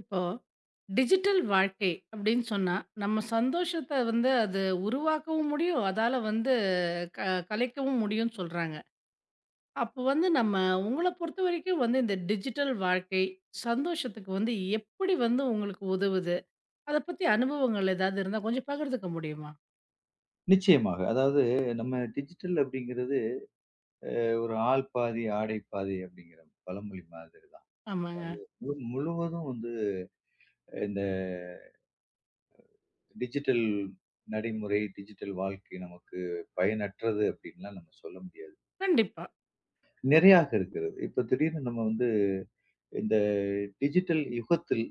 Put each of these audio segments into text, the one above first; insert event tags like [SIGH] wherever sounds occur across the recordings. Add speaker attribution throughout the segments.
Speaker 1: இப்போ டிஜிட்டல் வாழ்க்கை அப்படின்னு சொன்னா, நம்ம சந்தோஷத்த வந்து அது உருவாக்கவும் முடியும். அதால வந்து க கலைக்கவும் முடியும்னு சொல்றாங்க. அப்போ வந்து நம்ம உங்கள பொறுத்தவரைக்கும் வந்து இந்த டிஜிட்டல் வாழ்க்கை, சந்தோஷத்துக்கு வந்து எப்படி வந்து உங்களுக்கு உதவுது? அத பத்தி அனுபவங்கள் ஏதாவது இருந்தா கொஞ்சம் பகிர்ந்துக்க முடியுமா?
Speaker 2: நிச்சயமாக. அதாவது நம்ம டிஜிட்டல் அப்படிங்கிறது ஒரு ஆள் பாதி, ஆடை பாதி அப்படிங்கிற பழமொழி மாதிரி தான்.
Speaker 1: ஆமாங்க.
Speaker 2: அதாவது முழுவதும் வந்து இந்த டிஜிட்டல் நடைமுறை, டிஜிட்டல் வாழ்க்கை நமக்கு பயனற்றது அப்படின்லாம் நம்ம சொல்ல முடியாது.
Speaker 1: கண்டிப்பா.
Speaker 2: நிறையாக இருக்கிறது. இப்ப திடீர்னு நம்ம வந்து இந்த டிஜிட்டல் யுகத்தில்,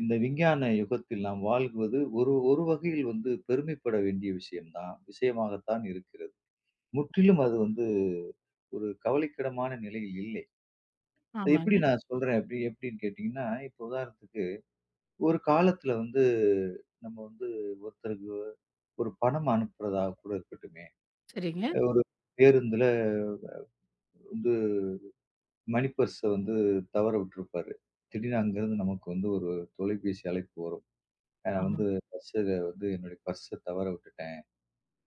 Speaker 2: இந்த விஞ்ஞான யுகத்தில் நாம் வாழ்வது ஒரு ஒரு வகையில் வந்து பெருமைப்பட வேண்டிய விஷயம் தான் விஷயமாகத்தான் இருக்கிறது. முற்றிலும் அது வந்து ஒரு கவலைக்கிடமான நிலையில் இல்லை. அது எப்படி
Speaker 1: ஆமாங்க.
Speaker 2: நான் சொல்றேன் அப்படி எப்படின்னு கேட்டீங்கன்னா, இப்போ உதாரணத்துக்கு ஒரு காலத்துல வந்து நம்ம வந்து ஒருத்தருக்கு ஒரு பணம் அனுப்புறதா கூட இருக்கட்டுமே,
Speaker 1: சரிங்க.
Speaker 2: ஒரு பேருந்துல வந்து மணி பர்ஸ வந்து தவற விட்டுருப்பாரு. திடீர்னு அங்கருந்து நமக்கு வந்து ஒரு தொலைபேசி அழைப்பு வரும். நான் வந்து
Speaker 1: ஆமாங்க,
Speaker 2: பஸ்ஸில வந்து என்னுடைய பர்ஸ தவற விட்டுட்டேன்.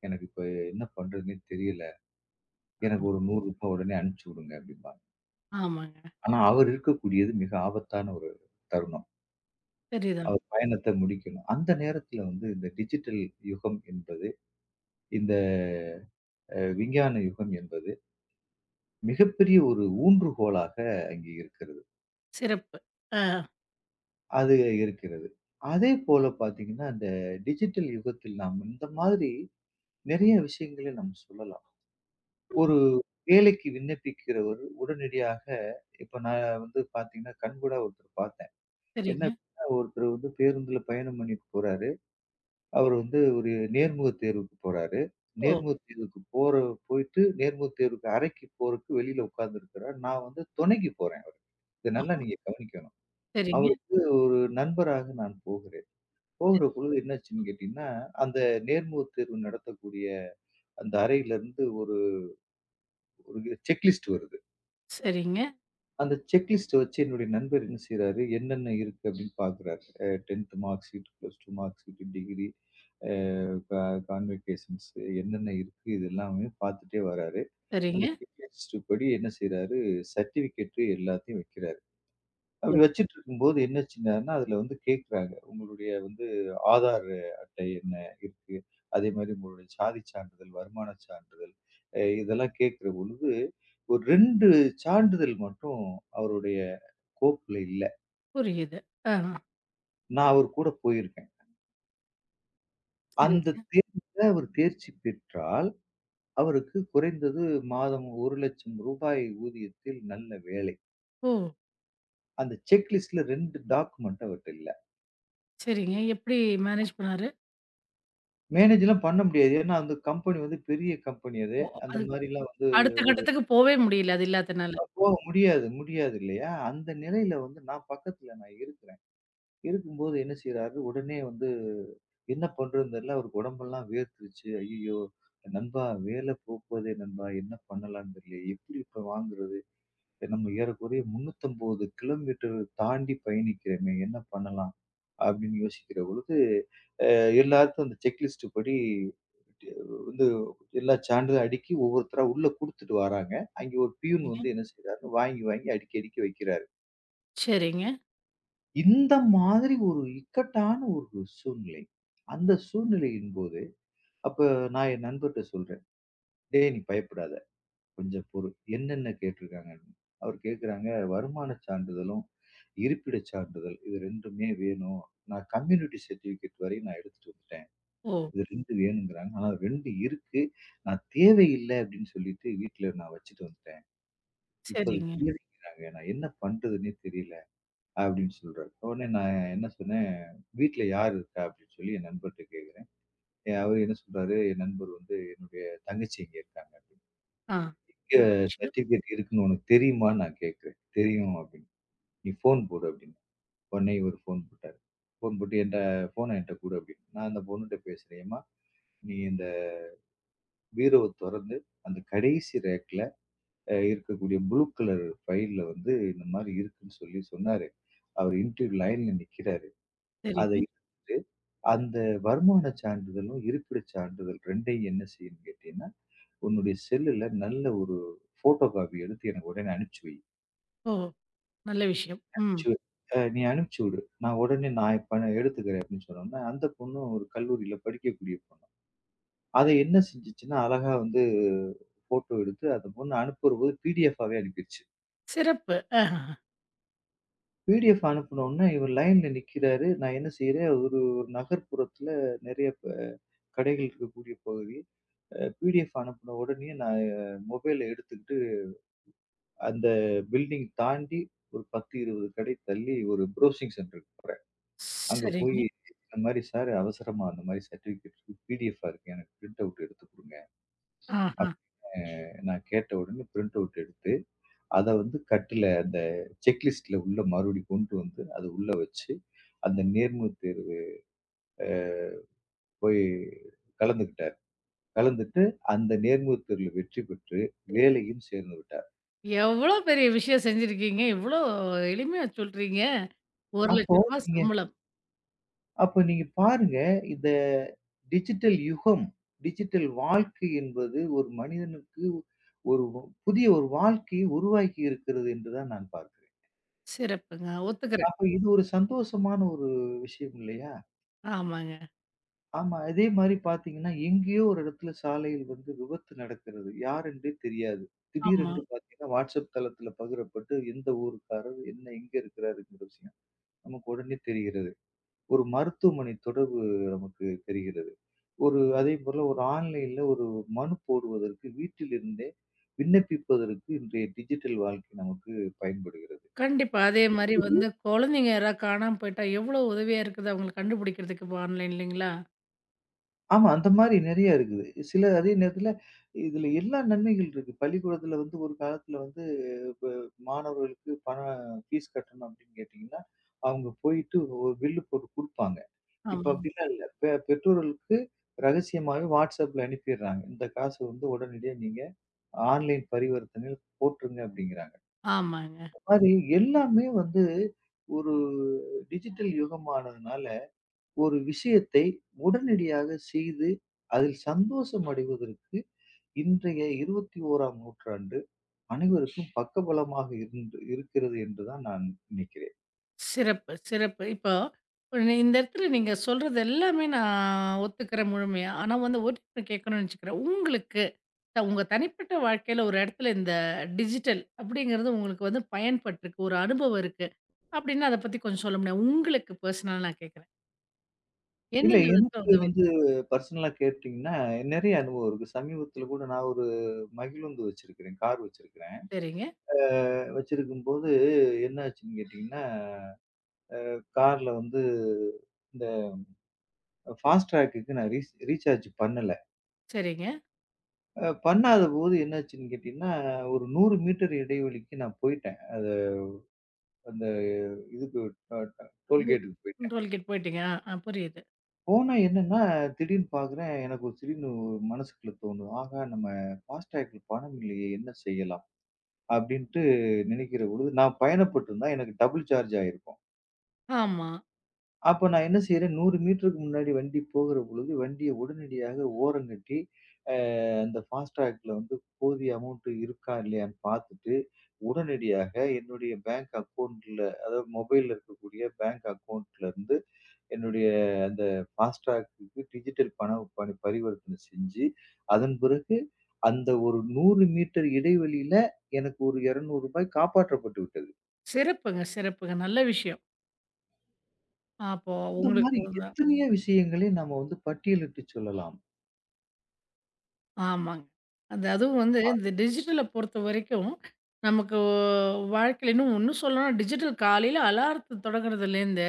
Speaker 2: எனக்கு இப்ப என்ன பண்றதுன்னே தெரியல. எனக்கு
Speaker 1: ஆமாங்க,
Speaker 2: ஒரு ரூ. 100 உடனே அனுப்பிச்சு விடுங்க அப்படிம்பாங்க.
Speaker 1: ஆமாங்க.
Speaker 2: ஆனா அவர் இருக்கக்கூடியது மிக ஆபத்தான ஒரு தருணம்.
Speaker 1: சரிதான்.
Speaker 2: அவர் பயணத்த முடிக்கணும். அந்த நேரத்தில வந்து இந்த டிஜிட்டல் யுகம் என்பது, இந்த விஞ்ஞான யுகம் என்பது மிகப்பெரிய ஒரு ஊன்றுகோலாக அங்கே இருக்கிறது.
Speaker 1: சிறப்பு. ஆ
Speaker 2: அது இருக்கிறது. அதே போல பார்த்தீங்கன்னா, இந்த டிஜிட்டல் யுகத்தில் நாம் இந்த மாதிரி நிறைய விஷயங்கள நம்ம சொல்லலாம். ஒரு வேலைக்கு விண்ணப்பிக்கிறவர் உடனடியாக இப்ப நான் வந்து பார்த்தீங்கன்னா, கண்கூடா ஒருத்தர பார்த்தேன். என்ன
Speaker 1: சரிங்க.
Speaker 2: அப்படின்னா, ஒருத்தர் வந்து பேருந்துல பயணம் பண்ணிட்டு போறாரு. அவர் வந்து ஒரு நேர்முகத் தேர்வுக்கு போறாரு.
Speaker 1: ஓ!
Speaker 2: நேர்முகத் தேர்வுக்கு போற போயிட்டு நேர்முகத் தேர்வுக்கு அறைக்கு போறக்கு வெளியில உட்கார்ந்திருக்கிறார். நான் வந்து துணைக்கு போறேன் அவருக்கு. இத நல்லா
Speaker 1: ஓஹோ!
Speaker 2: நீங்க கவனிக்கணும்.
Speaker 1: சரிங்க,
Speaker 2: அவருக்கு ஒரு நண்பராக நான் போகிறேன். போகிற பொழுது என்னாச்சுன்னு கேட்டீங்கன்னா, அந்த நேர்முகத் தேர்வு நடத்தக்கூடிய அந்த அறையிலிருந்து ஒரு ஒரு செக் லிஸ்ட் வருது.
Speaker 1: சரிங்க,
Speaker 2: அந்த செக் லிஸ்ட்ட வச்சு என்னுடைய நண்பர் என்ன செய்றாரு, என்னென்ன இருக்கு அப்படின்னு பார்க்குறாரு. 10த் mark sheet, plus 2 mark sheet, degree, அ க கான்வகேஷன்ஸ், என்னென்ன இருக்கு இது எல்லாமே பார்த்துட்டே வராரு.
Speaker 1: சரிங்க,
Speaker 2: அந்த
Speaker 1: சரிங்க.
Speaker 2: செக் லிஸ்ட் படி என்ன செய்றாரு, சர்டிஃபிகேட் எல்லாத்தையும் வைக்கிறாரு. அப்படி வச்சுட்டு இருக்கும்போது என்னாச்சுங்கன்னா, அதுல வந்து கேட்குறாங்க. உங்களுடைய வந்து ஆதார் அட்டை என்ன இருக்கு? அதே மாரி உங்களுடைய சாதி சான்றிதழ், வருமான சான்றிதழ், இதெல்லாம் கேட்கிற பொழுது, ஒரு 2 சான்றிதழ் மட்டும் அவருடைய கோப்புல இல்ல.
Speaker 1: புரியுது. ஆ.
Speaker 2: நான் அவர் கூட போயிருக்கேன்.
Speaker 1: சரி.
Speaker 2: அந்த தேர்வுல அவர் தேர்ச்சி பெற்றால், அவருக்கு குறைந்தது மாதம் ரூ. 1,00,000 ஊதியத்தில் நல்ல வேலை.
Speaker 1: ஓ!
Speaker 2: அந்த செக் லிஸ்ட்ல 2 டாக்குமெண்ட் அவர்ட்ட இல்ல.
Speaker 1: சரிங்க. எப்படி மேனேஜ் பண்ணாரு?
Speaker 2: மேனேஜ்லாம் பண்ண முடியாது. ஏன்னா, அந்த கம்பெனி வந்து பெரிய கம்பெனி அது.
Speaker 1: ஓ!
Speaker 2: அந்த
Speaker 1: அது
Speaker 2: கண்டிப்பா. மாரிலாம் வந்து
Speaker 1: அடுத்த
Speaker 2: ஒரு
Speaker 1: கட்டத்துக்கு போவே முடியல. அது இல்லாதனால. ம்.
Speaker 2: போக முடியாது முடியாது இல்லையா? அந்த நிலையில வந்து நான் பக்கத்துல நான் இருக்கிறேன். இருக்கும்போது என்ன செய்றாரு, உடனே வந்து என்ன பண்றதுன்னு தெரியல. அவருக்கு உடம்பெல்லாம் வேர்த்துருச்சு. ஐய்யயோ! நண்பா வேலை போப்பதே நண்பா! என்ன பண்ணலான்னு தெரியலையே! எப்படி இப்ப வாங்குறது? நம்ம ஏறக்குறைய 350 கிலோமீட்டர் தாண்டி பயணிக்கிறோமே! என்ன பண்ணலாம்? அப்படின்னு யோசிக்கிற பொழுது எல்லாருக்கும் அந்த செக்லிஸ்ட் படி வந்து எல்லா சான்றிதழும் அடுக்கி ஒவ்வொருத்தரா உள்ள குடுத்துட்டு வராங்க. அங்கே ஒரு பியூன்
Speaker 1: சரிங்க.
Speaker 2: வந்து என்ன செய்றாரு, வாங்கி வாங்கி அடுக்கி அடுக்கி வைக்கிறாரு.
Speaker 1: சரிங்க.
Speaker 2: இந்த மாதிரி ஒரு இக்கட்டான ஒரு சூழ்நிலை. அந்த சூழ்நிலையின் போது, அப்ப நான் என் நண்பர்ட்ட சொல்றேன். "டேய் நீ பயப்படாத. கொஞ்சம் பொறு. என்னென்ன கேட்டிருக்காங்கன்னு." அவர் கேட்கறாங்க, "வருமானச் சான்றிதழும், இருப்பிடச் சான்றிதழ் இது 2மே வேணும். நான் கம்யூனிட்டி சர்டிபிகேட் வரையும் நான் எடுத்துட்டு வந்துட்டேன்."
Speaker 1: ஓ!
Speaker 2: இது 2 வேணுங்கிறாங்க. ஆனா 2 இருக்கு. நான் தேவையில்ல அப்டின்னு சொல்லிட்டு வீட்ல நான் வச்சுட்டு வந்துட்டேன். இப்ப அது
Speaker 1: சரிங்க.
Speaker 2: தேவைங்கிறாங்க. நான் என்ன பண்றதுன்னே தெரியல அப்டின்னு சொல்றாரு. உடனே நான் என்ன சொன்னேன், "வீட்ல யார் இருக்கா?" அப்டின்னு சொல்லி என் நண்பர்ட்ட கேட்கிறேன். அவரு என்ன சொல்றாரு, என் நண்பர் வந்து என்னுடைய தங்கச்சி இங்க இருக்காங்க அப்டின்னு.
Speaker 1: ஆ.
Speaker 2: "இங்க
Speaker 1: நல்ல விஷயம்.
Speaker 2: சர்டிஃபிகேட் இருக்குன்னு உனக்கு தெரியுமான்னு?" நான் கேட்கிறேன். "தெரியும்" அப்டின்னு. "நீ ஃபோன் போடு" அப்டின்னு. உடனே இவரு ஃபோன் போட்டாரு. ஃபோன் போட்டு என்ட்ட "ஃபோன என்ட்ட குடு" அப்டின்னு. நான் அந்த பொண்ணுட்ட பேசுறேன். "ஏம்மா நீ இந்த பீரோவ தொறந்து, அந்த கடைசி ரேக்ல இருக்கக்கூடிய ப்ளூ கலர் ஃபைல்ல வந்து இந்த மாரி இருக்குன்னு சொல்லி சொன்னாரு. அவரு இன்டர்வியூ லைன்ல நிக்கிறாரு. அத
Speaker 1: சரிங்க.
Speaker 2: எடுத்துட்டு, அந்த வருமான சான்றிதழும், இருப்பிட சான்றிதழ் 2யும் என்ன செய்யணும்னு கேட்டீங்கன்னா, உன்னுடைய செல்லுல நல்ல ஒரு ஃபோட்டோ காப்பி எடுத்து எனக்கு உடனே அனுப்பிச்சு வை.
Speaker 1: ஓ! நல்ல விஷயம். ம்.
Speaker 2: அனுப்பிச்சு நீ அனுப்பிச்சு விடு. நான் உடனே நான் இப்ப நான் எடுத்துக்கிறேன் அப்படின்னு சொன்னோனே, அந்த பொண்ணு ஒரு கல்லூரியில படிக்கக்கூடிய பொண்ணு. அத என்ன செஞ்சுச்சுன்னா, அழகா வந்து ஃபோட்டோ எடுத்து அந்த பொண்ணு அனுப்புறபோது பிடிஎஃப் ஆவே அனுப்பிருச்சு.
Speaker 1: சிறப்பு. ஆஹஹ.
Speaker 2: பிடிஎஃப் அனுப்புனோன்னே, இவர் லைன்ல நிக்கிறாரு. நான் என்ன செய்றேன், ஒரு ஒரு நகர்ப்புறத்துல நெறைய கடைகள் இருக்கக்கூடிய பகுதி. பிடிஎஃப் அனுப்புன உடனே நான் மொபைல எடுத்துக்கிட்டு, அந்த பில்டிங் தாண்டி ஒரு 10, 20 கடை தள்ளி ஒரு ப்ரௌசிங் சென்டருக்கு போறேன். அங்க போயி
Speaker 1: சரிங்க.
Speaker 2: இந்த மாரி சார் அவசரமா அந்த மாரி சர்டிஃபிகேட் இருக்கு. பிடிஎஃபா இருக்கு. எனக்கு பிரிண்ட் அவுட் எடுத்து குடுங்க.
Speaker 1: ஆஹா.
Speaker 2: அப்படின்னு நான் கேட்ட உடனே பிரிண்ட் அவுட் எடுத்து, அத வந்து கட்டுல அந்த செக்லிஸ்ட்ல உள்ள மறுபடியும் கொண்டு வந்து, அத உள்ள வச்சு, அந்த நேர்முகத் தேர்வு அ போய் கலந்துக்கிட்டாரு. கலந்துட்டு அந்த நேர்முகத் தேர்வுல வெற்றி பெற்று வேலையும் சேர்ந்து விட்டார்.
Speaker 1: எவ்வளோ பெரிய விஷயம் செஞ்சிருக்கீங்க. இவ்வளோ எளிமையா சொல்றீங்க.
Speaker 2: அப்போ
Speaker 1: ரூ. 1,00,000
Speaker 2: நீங்க
Speaker 1: சம்பளம்.
Speaker 2: அப்போ நீங்க பாருங்க, இந்த டிஜிட்டல் யுகம், டிஜிட்டல் வாழ்க்கை என்பது ஒரு மனிதனுக்கு ஒரு புதிய ஒரு வாழ்க்கையை உருவாக்கி இருக்கிறது என்று தான் நான் பார்க்கிறேன்.
Speaker 1: சிறப்புங்க. ஒத்துக்கிறேன்.
Speaker 2: அப்ப இது ஒரு சந்தோஷமான ஒரு விஷயம் இல்லையா?
Speaker 1: ஆமாங்க.
Speaker 2: ஆமா. அதே மாரி பார்த்தீங்கன்னா, எங்கேயோ ஒரு இடத்துல சாலையில் வந்து விபத்து நடக்கிறது. யார் என்றே தெரியாது.
Speaker 1: ஆமா.
Speaker 2: திடீரென்று பார்த்தீங்கன்னா, WhatsApp தளத்தில பகிரப்பட்டு எந்த ஊருக்காரர், என்ன எங்க இருக்கிறாருங்கிற விஷயம் நமக்கு உடனே தெரிகிறது. ஒரு மருத்துவமனை தொடர்பு நமக்கு தெரிகிறது. ஒரு அதேபோல ஒரு ஆன்லைன்ல ஒரு மனு போடுவதற்கு வீட்டிலிருந்தே விண்ணப்பிப்பதற்கு இன்றைய டிஜிட்டல் வாழ்க்கை நமக்கு பயன்படுகிறது.
Speaker 1: கண்டிப்பா. அதே மாரி வந்து குழந்தைங்க யாராவது காணாம போயிட்டா, எவ்வளோ உதவியா இருக்குது அவங்கள கண்டுபிடிக்கிறதுக்கு இப்போ ஆன்லைன் இல்லைங்களா?
Speaker 2: ஆமா. அந்த மாரி நெறைய இருக்குது. சில அதே நேரத்துல இதுல எல்லா நன்மைகள் இருக்கு. பள்ளிக்கூடத்துல வந்து ஒரு காலத்துல வந்து இப்ப மாணவர்களுக்கு பணம் ஃபீஸ் கட்டணும் அப்படின்னு கேட்டீங்கன்னா, அவங்க போயிட்டு ஒரு பில்லு போட்டு குடுப்பாங்க. இப்ப
Speaker 1: ஆமாங்க.
Speaker 2: அப்படிலாம் இல்ல. பெற்றோர்களுக்கு ரகசியமாவே WhatsAppல அனுப்பிடுறாங்க. இந்த காசு வந்து உடனடியா நீங்க ஆன்லைன் பரிவர்த்தனையில போட்டுருங்க அப்படிங்கிறாங்க.
Speaker 1: ஆமாங்க.
Speaker 2: அது எல்லாமே வந்து ஒரு டிஜிட்டல் யுகமானதுனால ஒரு விஷயத்தை உடனடியாக செய்து அதில் சந்தோஷம் அடைவதற்கு இன்றைய இருபத்தி ஓராம் நூற்றாண்டு அனைவருக்கும் பக்கபலமாக இருந்து இருக்கிறது என்றுதான் நான் நினைக்கிறேன்.
Speaker 1: சிறப்பு, சிறப்பு. இப்போ இந்த இடத்துல நீங்க சொல்றது எல்லாமே நான் ஒத்துக்கிறேன் முழுமையா. ஆனா வந்து ஒண்ணு கேட்கணும்னு நெனச்சுக்கிறேன். உங்களுக்கு உங்க தனிப்பட்ட வாழ்க்கையில ஒரு இடத்துல இந்த டிஜிட்டல் அப்படிங்கிறது உங்களுக்கு வந்து பயன்பட்டுருக்கு. ஒரு அனுபவம் இருக்கு. அப்படின்னா அத பத்தி கொஞ்சம் சொல்ல முடியும். உங்களுக்கு பர்சனலா நான் கேட்கிறேன்.
Speaker 2: இல்ல
Speaker 1: எந்தெந்த விதத்துல
Speaker 2: எனக்கு
Speaker 1: உதவி?
Speaker 2: வந்து பர்சனலா கேட்டீங்கன்னா, நிறைய அனுபவம் இருக்கு. சமீபத்தில கூட நான் ஒரு மகிழுந்து வச்சிருக்கிறேன். கார் வச்சிருக்கிறேன்.
Speaker 1: சரிங்க,
Speaker 2: அ வச்சிருக்கும்போது என்ன ஆச்சுன்னு கேட்டீங்கன்னா, கார்ல வந்து இந்த ஃபாஸ்ட் ட்ராக்குக்கு நான் ரீசார்ஜ் பண்ணல.
Speaker 1: சரிங்க.
Speaker 2: பண்ணாதபோது என்னாச்சுன்னு கேட்டீங்கன்னா, ஒரு 100 மீட்டர் இடைவெளிக்கு நான் போயிட்டேன். அது அந்த இதுக்கு அ ட டோல்கேட்டுக்கு போயிட்டேன்.
Speaker 1: டோல்கேட் போயிட்டீங்க. ஆ, ஆ புரியுது.
Speaker 2: போனா என்னன்னா, திடீர்னு பார்க்குறேன் எனக்கு ஒரு திடீர்னு ஒரு மனசுக்குள்ள தோணும். ஆஹா! நம்ம ஃபாஸ்டேக்ல பணம் இல்லையே! என்ன செய்யலாம்? அப்டின்ட்டு நினைக்கிற பொழுது, நான் பயணப்பட்டிருந்தா எனக்கு டபுள் சார்ஜ் ஆயிருக்கும்.
Speaker 1: ஆமா.
Speaker 2: அப்ப நான் என்ன செய்றேன், 100 மீட்டருக்கு முன்னாடி வண்டி போகிற பொழுது, வண்டிய உடனடியாக ஓரங்கட்டி, அ அந்த ஃபாஸ்டேக்ல வந்து போதிய அமௌண்ட் இருக்கா? இல்லையான்னு பார்த்துட்டு உடனடியாக என்னுடைய பேங்க் அக்கவுண்ட்ல, அதாவது மொபைல்ல இருக்கக்கூடிய பேங்க் அக்கவுண்ட்ல இருந்து என்னுடைய அந்த ஃபாஸ்ட்ராக்குக்கு டிஜிட்டல் பணி பரிவர்த்தனை செஞ்சு, அதன் பிறகு அந்த ஒரு 100 மீட்டர் இடைவெளியில எனக்கு ஒரு ரூ. 200 காப்பாற்றப்பட்டு விட்டது.
Speaker 1: சிறப்புங்க, சிறப்புங்க. நல்ல விஷயம். அப்போ
Speaker 2: இந்த
Speaker 1: உங்களுக்கு
Speaker 2: மாரி
Speaker 1: வந்து
Speaker 2: எத்தனையோ விஷயங்களை நம்ம வந்து பட்டியலிட்டு சொல்லலாம்.
Speaker 1: ஆமாங்க. அது அதுவும் வந்து
Speaker 2: ஆ
Speaker 1: இந்த டிஜிட்டல பொறுத்தவரைக்கும், நமக்கு வாழ்க்கையில இன்னும் ஒண்ணும் சொல்லணும்னா, டிஜிட்டல் காலையில அலாரத்த தொடங்குறதுலேருந்து,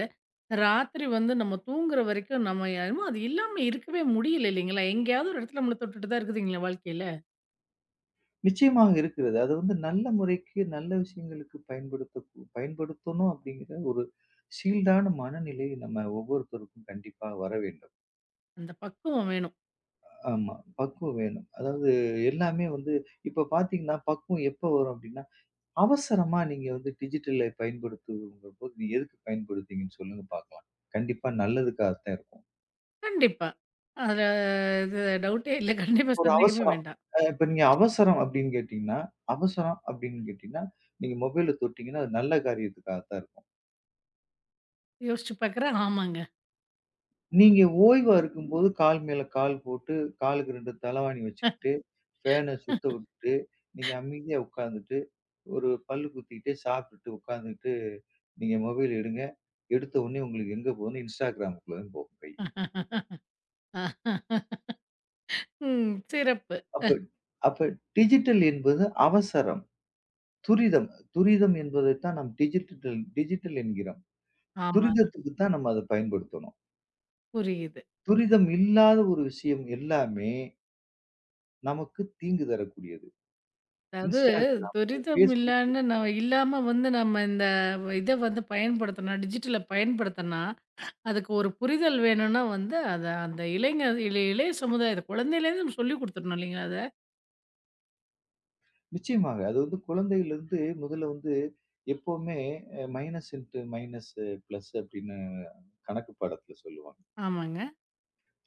Speaker 1: ராத்திரி வந்து நம்ம தூங்குற வரைக்கும் நம்ம என்னமோ அது இல்லாம இருக்கவே முடியல இல்லைங்களா? எங்கேயாவது ஒரு இடத்துல நம்மள தொட்டுட்டு தான் இருக்குதுங்களா வாழ்க்கையில.
Speaker 2: நிச்சயமாக இருக்கிறது. அது வந்து நல்ல முறைக்கு நல்ல விஷயங்களுக்கு பயன்படுத்தணும் அப்படிங்கிற ஒரு சீல்டான மனநிலை நம்ம ஒவ்வொருத்தருக்கும் கண்டிப்பா வர வேண்டும்.
Speaker 1: அந்த பக்குவம் வேணும்.
Speaker 2: ஆமா. பக்குவம் வேணும். அதாவது எல்லாமே வந்து இப்ப பார்த்தீங்கன்னா, பக்குவம் எப்ப வரும் அப்டின்னா, அவசரமா நீங்க வந்து டிஜிட்டலை பயன்படுத்துங்கம்போது, நீங்க எதுக்கு பயன்படுத்துறீங்கன்னு சொல்லுங்க பார்க்கலாம். கண்டிப்பா நல்லதுக்காகத்தான் இருக்கும்.
Speaker 1: கண்டிப்பா. அதுல இது டவுட்டே இல்ல. கண்டிப்பா
Speaker 2: ஒரு
Speaker 1: சந்தேகமே
Speaker 2: அவசரம்.
Speaker 1: வேண்டாம்.
Speaker 2: இப்ப நீங்க அவசரம் அப்டின்னு கேட்டீங்கன்னா, நீங்க மொபைல தொட்டீங்கன்னா, அது நல்ல காரியத்துக்காகத்தான் இருக்கும்.
Speaker 1: யோசிச்சு பார்க்குறேன். ஆமாங்க.
Speaker 2: நீங்க ஓய்வா இருக்கும்போது கால் மேல கால் போட்டு, காலுக்கு 2 தலவாணி வச்சுக்கிட்டு, ஃபேன சுத்த விட்டுட்டு, நீங்க அமைதியா உட்கார்ந்துட்டு, ஒரு பல்லு குத்திக்கிட்டே சாப்பிட்டுட்டு உட்கார்ந்துட்டு, நீங்க மொபைல் எடுங்க. எடுத்த உடனே உங்களுக்கு எங்க போகும்ன்னா Instagramக்குள்ள தான் போகும் கை.
Speaker 1: [LAUGHS] ம். சிறப்பு.
Speaker 2: அப்ப அப்ப டிஜிட்டல் என்பது அவசரம், துரிதம். துரிதம் என்பதைத்தான் நாம் டிஜிட்டல் டிஜிட்டல் என்கிறோம்.
Speaker 1: ஆமாங்க.
Speaker 2: துரிதத்துக்கு தான் நம்ம அத பயன்படுத்தணும்.
Speaker 1: புரியுது.
Speaker 2: துரிதம் இல்லாத ஒரு விஷயம் எல்லாமே நமக்கு தீங்கு தரக்கூடியது.
Speaker 1: அதாவது
Speaker 2: Instagram,
Speaker 1: துரிதம்
Speaker 2: Facebook.
Speaker 1: இல்லன்னு நம்ம இல்லாம வந்து நம்ம இந்த இத வந்து பயன்படுத்தனா, டிஜிட்டல பயன்படுத்தனா, அதுக்கு ஒரு புரிதல் வேணும்னா வந்து அத அந்த இளைஞர் இளைய இளைய சமுதாயத்த குழந்தையிலேருந்து நம்ம சொல்லிக் குடுத்துரணும் இல்லைங்களா அத?
Speaker 2: நிச்சயமாக. அது வந்து குழந்தையிலிருந்து முதல்ல வந்து எப்பவுமே மைனஸ் இன்ட்டு மைனஸ் பிளஸ் அப்படின்னு கணக்கு பாடத்துல சொல்லுவாங்க.
Speaker 1: ஆமாங்க.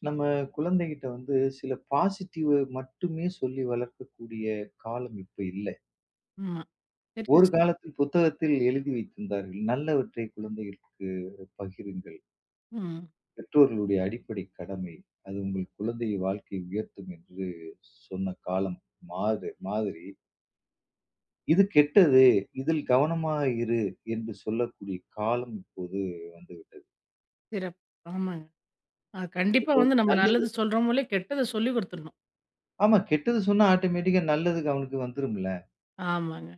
Speaker 2: நம்ம குழந்தைகிட்ட வந்து சில பாசிட்டிவ் மட்டுமே சொல்லி வளர்க்கக்கூடிய காலம் இப்ப இல்ல.
Speaker 1: ஆமா. சரியா
Speaker 2: ஒரு
Speaker 1: சொ
Speaker 2: காலத்தில் புத்தகத்தில் எழுதி வைத்திருந்தார்கள். நல்லவற்றை குழந்தைகளுக்கு பகிருங்கள்.
Speaker 1: ம்.
Speaker 2: பெற்றோர்களுடைய அடிப்படை கடமை. அது உங்கள் குழந்தையை வாழ்க்கை உயர்த்தும் என்று சொன்ன காலம் மாறு மாதிரி இது கெட்டது. இதில் கவனமாக இரு என்று சொல்லக்கூடிய காலம் இப்போது வந்துவிட்டது.
Speaker 1: சிறப்பு. ஆமாங்க. அது கண்டிப்பா
Speaker 2: இப்போ
Speaker 1: வந்து
Speaker 2: வந்து
Speaker 1: நம்ம
Speaker 2: நல்லது
Speaker 1: நல்லது சொல்றோமோ இல்லையோ, கெட்டத சொல்லிக் குடுத்துரணும்.
Speaker 2: ஆமா கெட்டது சொன்னா ஆட்டோமேட்டிக்கா நல்லதுக்கு அவனுக்கு வந்துரும்ல.
Speaker 1: ஆமாங்க.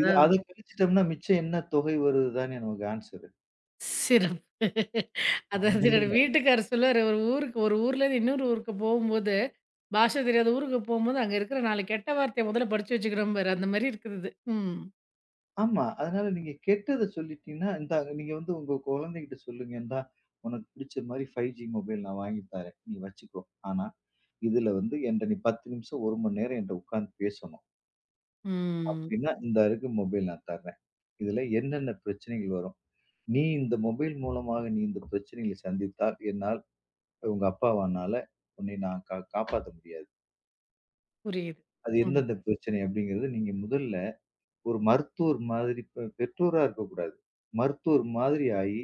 Speaker 2: இது அத கழிச்சிட்டோம்னா மிச்சம் என்ன தொகை வருது தானே நமக்கு ஆன்ஸரு.
Speaker 1: சிறப்பு. அதாவது
Speaker 2: அது
Speaker 1: என்னோட
Speaker 2: இல்ல.
Speaker 1: வீட்டுக்காரரு சொல்லுவாரு, ஒரு ஊருக்கு ஒரு ஊர்லேருந்து இன்னொரு ஊருக்கு போகும்போது, பாஷை தெரியாத ஊருக்கு போம்போது, அங்க இருக்கிற 4 கெட்ட வார்த்தைய முதல்ல படிச்சு வச்சுக்கிறோம்பாரு. அந்த மாரி இருக்குது இது. ம்.
Speaker 2: ஆமா. அதனால நீங்க கெட்டத சொல்லிட்டீங்கன்னா, இந்தாங்க நீங்க வந்து உங்க குழந்தைகிட்ட சொல்லுங்க, இந்தா உனக்கு பிடிச்ச மாரி 5G மொபைல் நான் வாங்கி தரேன். நீ வச்சுக்கோ. ஆனா, இதுல வந்து என்ட்ட நீ 10 நிமிஷம், 1 மணி நேரம் என்ட்ட உட்கார்ந்து பேசணும்.
Speaker 1: ம்.
Speaker 2: அப்டின்னா, இந்தா இருக்கு மொபைல் நான் தர்றேன். இதுல என்னென்ன பிரச்சனைகள் வரும்? நீ இந்த மொபைல் மூலமாக நீ இந்த பிரச்சனைகளை சந்தித்தால் என்னால் உங்க அப்பாவானால உன்னை நான் காப்பாத்த முடியாது.
Speaker 1: புரியுது.
Speaker 2: அது
Speaker 1: ம்.
Speaker 2: எந்தெந்த பிரச்சனை அப்படிங்கிறது நீங்க முதல்ல ஒரு மருத்துவர் மாதிரி பெற்றோரா இருக்கக்கூடாது. மருத்துவர் மாதிரி ஆயி,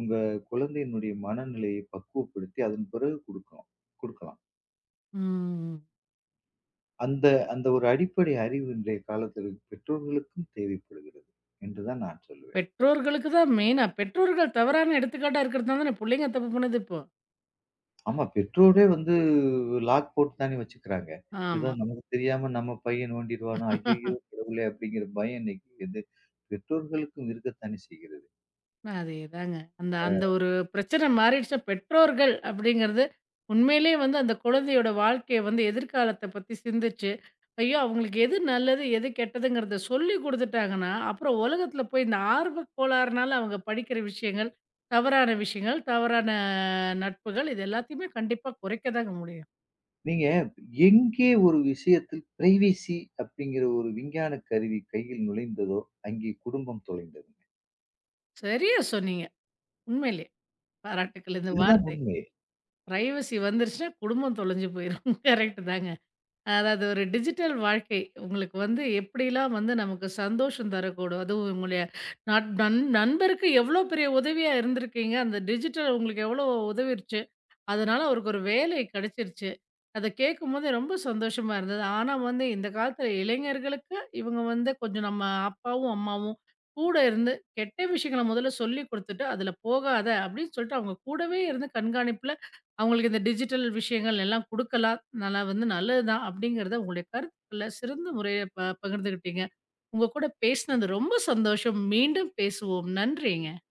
Speaker 2: உங்க குழந்தையினுடைய மனநிலையை பக்குவப்படுத்தி அதன் பிறகு குடுக்கலாம்.
Speaker 1: ம்.
Speaker 2: அந்த அந்த ஒரு அடிப்படை அறிவு இன்றைய காலத்தில பெற்றோர்களுக்கும் தேவைப்படுகிறது என்று தான் நான் சொல்லுவேன்.
Speaker 1: பெற்றோர்களுக்கு தான் மெயினா. பெற்றோர்கள் தவறான எடுத்துக்காட்டா இருக்கிறது தான் தானே புள்ளைங்க தப்பு பண்ணுது இப்போ.
Speaker 2: ஆமா. பெற்றோரே வந்து லாக் போட்டு தானே வச்சுக்கிறாங்க. ஏதோ
Speaker 1: ஆமா.
Speaker 2: நமக்கு தெரியாம நம்ம பையன் நோண்டிருவானோ, ஐய்யய்யோ கடவுளே! அப்படிங்கிற பயம் இன்னைக்கு வந்து பெற்றோர்களுக்கும் இருக்கத்தானே செய்கிறது.
Speaker 1: அதேதாங்க. அந்த அந்த ஒரு பிரச்சனை மாறிடுச்சுனா, பெற்றோர்கள் அப்படிங்கிறது உண்மையிலேயே வந்து அந்த குழந்தையோட வாழ்க்கைய வந்து எதிர்காலத்த பத்தி சிந்திச்சு, ஐயோ! அவங்களுக்கு எது நல்லது, எது கெட்டதுங்கிறத சொல்லி குடுத்துட்டாங்கன்னா, அப்புறம் உலகத்தில போய் இந்த ஆர்வ கோளாறுனால அவங்க படிக்கிற விஷயங்கள், தவறான விஷயங்கள், தவறான நட்புகள் இது எல்லாத்தையுமே கண்டிப்பா குறைக்க தாங்க முடியும்.
Speaker 2: நீங்க எங்கே ஒரு விஷயத்தில் பிரைவசி அப்படிங்கிற ஒரு விஞ்ஞான கருவி கையில் நுழைந்ததோ, அங்கே குடும்பம் தொலைந்ததுங்க.
Speaker 1: சரியா சொன்னீங்க. உண்மையிலே. பாராட்டுக்கள் இந்த
Speaker 2: இதுதான்
Speaker 1: வார்த்தை.
Speaker 2: உண்மை.
Speaker 1: பிரைவசி வந்துருச்சுனா குடும்பம் தொலைஞ்சு போயிரும். [LAUGHS] கரெக்ட் தாங்க. அதாவது ஒரு டிஜிட்டல் வாழ்க்கை. உங்களுக்கு வந்து எப்படிலாம் வந்து நமக்கு சந்தோஷம் தரக்கூடும். அதுவும் உங்களுடைய நட் நண் நண்பருக்கு எவ்வளோ பெரிய உதவியா இருந்திருக்கீங்க. அந்த டிஜிட்டல் உங்களுக்கு எவ்வளோ உதவிருச்சு? அதனால அவருக்கு ஒரு வேலை கிடைச்சிருச்சு. அத கேட்கும்போதே ரொம்ப சந்தோஷமா இருந்தது. ஆனா வந்து இந்த காலத்துல இளைஞர்களுக்கு இவங்க வந்து கொஞ்சம் நம்ம அப்பாவும், அம்மாவும் கூட இருந்து கெட்ட விஷயங்கள முதல்ல சொல்லிக் குடுத்துட்டு, "அதுல போகாத" அப்படின்னு சொல்லிட்டு அவங்க கூடவே இருந்து கண்காணிப்புல அவங்களுக்கு இந்த டிஜிட்டல் விஷயங்கள் எல்லாம் குடுக்கலாம். நல்லா வந்து நல்லதுதான் அப்படிங்கிறத உங்களுடைய கருத்துக்கள சிறந்த முறையில பகிர்ந்துக்கிட்டீங்க. உங்க கூட பேசினது ரொம்ப சந்தோஷம். மீண்டும் பேசுவோம். நன்றிங்க.